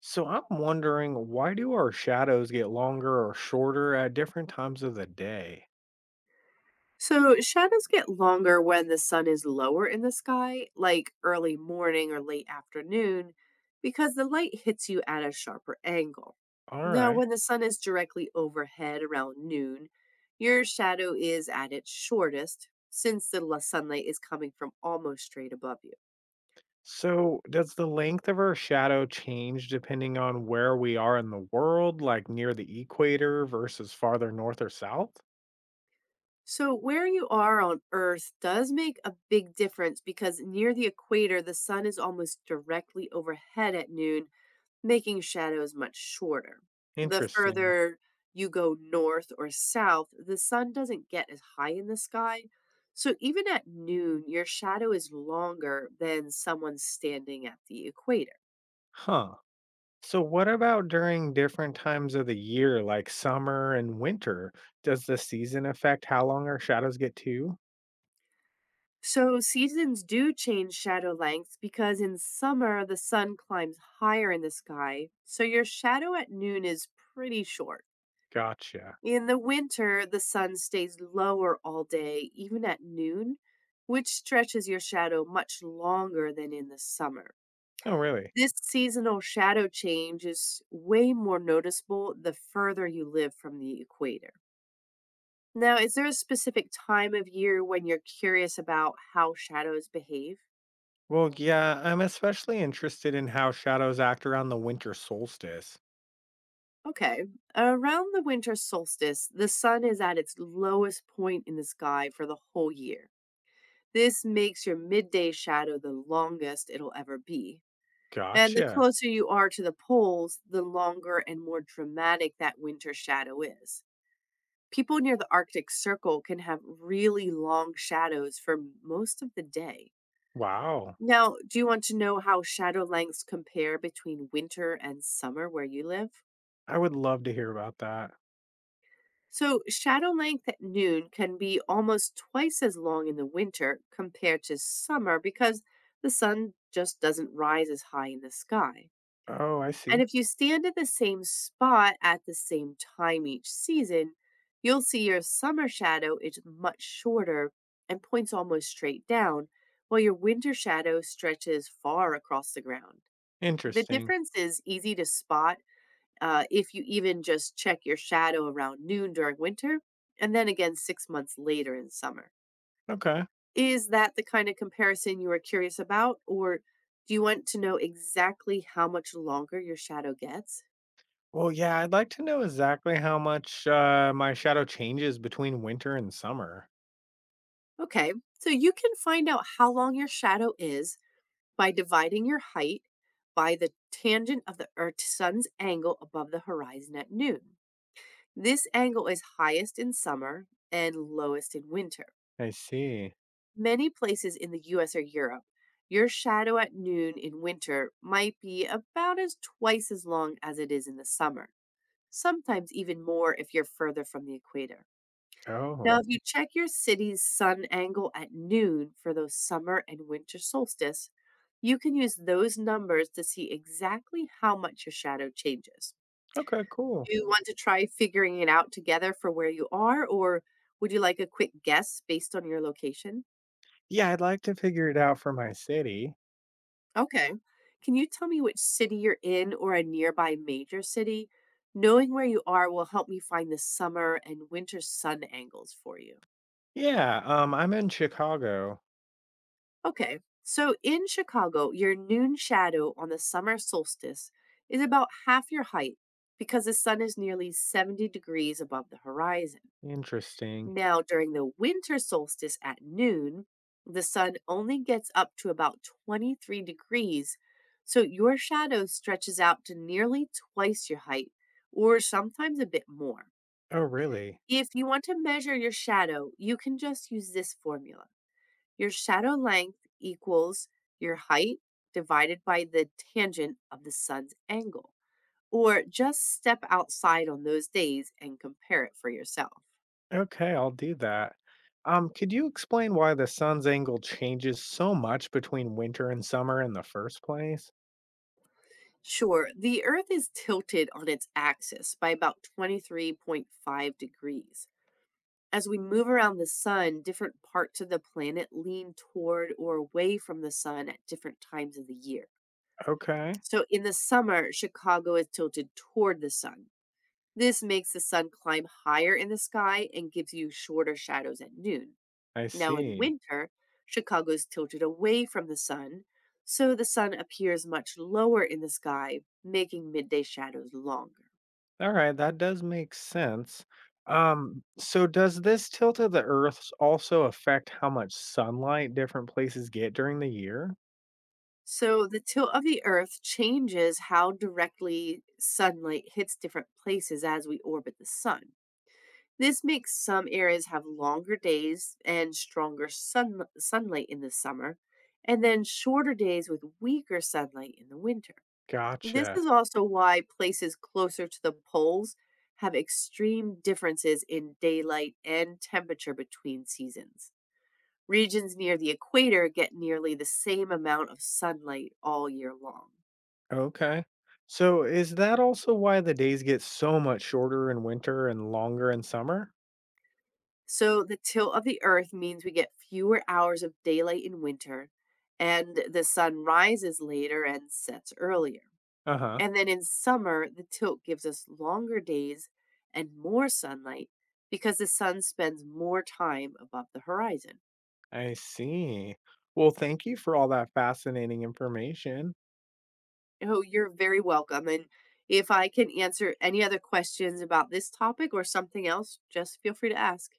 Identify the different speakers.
Speaker 1: So I'm wondering, why do our shadows get longer or shorter at different times of the day?
Speaker 2: So shadows get longer when the sun is lower in the sky, like early morning or late afternoon, because the light hits you at a sharper angle.
Speaker 1: All
Speaker 2: Now,
Speaker 1: right.
Speaker 2: when the sun is directly overhead around noon, your shadow is at its shortest since sunlight is coming from almost straight above you.
Speaker 1: So does the length of our shadow change depending on where we are in the world, like near the equator versus farther north or south?
Speaker 2: So, where you are on Earth does make a big difference because near the equator, the sun is almost directly overhead at noon making shadows much shorter. The
Speaker 1: Interesting.
Speaker 2: further you go north or south, the sun doesn't get as high in the sky. So even at noon, your shadow is longer than someone standing at the equator.
Speaker 1: Huh. So what about during different times of the year, like summer and winter? Does the season affect how long our shadows get too?
Speaker 2: So seasons do change shadow lengths because in summer, the sun climbs higher in the sky. So your shadow at noon is pretty short.
Speaker 1: Gotcha.
Speaker 2: In the winter, the sun stays lower all day, even at noon, which stretches your shadow much longer than in the summer.
Speaker 1: Oh, really?
Speaker 2: This seasonal shadow change is way more noticeable the further you live from the equator. Now, is there a specific time of year when you're curious about how shadows behave?
Speaker 1: Well, yeah, I'm especially interested in how shadows act around the winter solstice.
Speaker 2: Okay, around the winter solstice, the sun is at its lowest point in the sky for the whole year. This makes your midday shadow the longest it'll ever be. And the
Speaker 1: Gotcha.
Speaker 2: closer you are to the poles, the longer and more dramatic that winter shadow is. People near the Arctic Circle can have really long shadows for most of the day.
Speaker 1: Wow.
Speaker 2: Now, do you want to know how shadow lengths compare between winter and summer where you live?
Speaker 1: I would love to hear about that.
Speaker 2: So, shadow length at noon can be almost twice as long in the winter compared to summer because the sun just doesn't rise as high in the sky.
Speaker 1: Oh, I
Speaker 2: And
Speaker 1: see.
Speaker 2: if you stand in the same spot at the same time each season, you'll see your summer shadow is much shorter and points almost straight down, while your winter shadow stretches far across the ground. The
Speaker 1: Interesting.
Speaker 2: difference is easy to spot if you even just check your shadow around noon during winter, and then again six months later in summer.
Speaker 1: Okay.
Speaker 2: Is that the kind of comparison you are curious about, or do you want to know exactly how much longer your shadow gets?
Speaker 1: Well, yeah, I'd like to know exactly how much my shadow changes between winter and summer.
Speaker 2: Okay, so you can find out how long your shadow is by dividing your height by the tangent of the Earth's sun's angle above the horizon at noon. This angle is highest in summer and lowest in winter.
Speaker 1: I see.
Speaker 2: Many places in the US or Europe, your shadow at noon in winter might be about as twice as long as it is in the summer, sometimes even more if you're further from the equator. Now,
Speaker 1: Oh,
Speaker 2: If you check your city's sun angle at noon for those summer and winter solstice, you can use those numbers to see exactly how much your shadow changes.
Speaker 1: okay, cool.
Speaker 2: Do you want to try figuring it out together for where you are, or would you like a quick guess based on your location?
Speaker 1: Yeah, I'd like to figure it out for my city.
Speaker 2: Okay. Can you tell me which city you're in or a nearby major city? Knowing where you are will help me find the summer and winter sun angles for you.
Speaker 1: Yeah, I'm in Chicago.
Speaker 2: Okay. So in Chicago, your noon shadow on the summer solstice is about half your height because the sun is nearly 70 degrees above the horizon.
Speaker 1: Interesting.
Speaker 2: Now, during the winter solstice at noon, the sun only gets up to about 23 degrees, so your shadow stretches out to nearly twice your height, or sometimes a bit more.
Speaker 1: Oh, really?
Speaker 2: If you want to measure your shadow, you can just use this formula. Your shadow length equals your height divided by the tangent of the sun's angle. Or just step outside on those days and compare it for yourself.
Speaker 1: Okay, I'll do that. Could you explain why the sun's angle changes so much between winter and summer in the first place?
Speaker 2: Sure. The Earth is tilted on its axis by about 23.5 degrees. As we move around the sun, different parts of the planet lean toward or away from the sun at different times of the year.
Speaker 1: Okay,
Speaker 2: So in the summer, Chicago is tilted toward the sun. This makes the sun climb higher in the sky and gives you shorter shadows at noon.
Speaker 1: I
Speaker 2: Now, in
Speaker 1: see.
Speaker 2: winter, Chicago is tilted away from the sun, so the sun appears much lower in the sky, making midday shadows longer.
Speaker 1: All right, that does make sense. So does this tilt of the Earth also affect how much sunlight different places get during the year?
Speaker 2: So, the tilt of the Earth changes how directly sunlight hits different places as we orbit the sun. This makes some areas have longer days and stronger sunlight in the summer, and then shorter days with weaker sunlight in the winter. This
Speaker 1: Gotcha.
Speaker 2: is also why places closer to the poles have extreme differences in daylight and temperature between seasons. Regions near the equator get nearly the same amount of sunlight all year long.
Speaker 1: Okay. So is that also why the days get so much shorter in winter and longer in summer?
Speaker 2: So, the tilt of the Earth means we get fewer hours of daylight in winter, and the sun rises later and sets earlier.
Speaker 1: Uh huh.
Speaker 2: And then in summer, the tilt gives us longer days and more sunlight because the sun spends more time above the horizon.
Speaker 1: I see. Well, thank you for all that fascinating information.
Speaker 2: Oh, you're very welcome. And if I can answer any other questions about this topic or something else, just feel free to ask.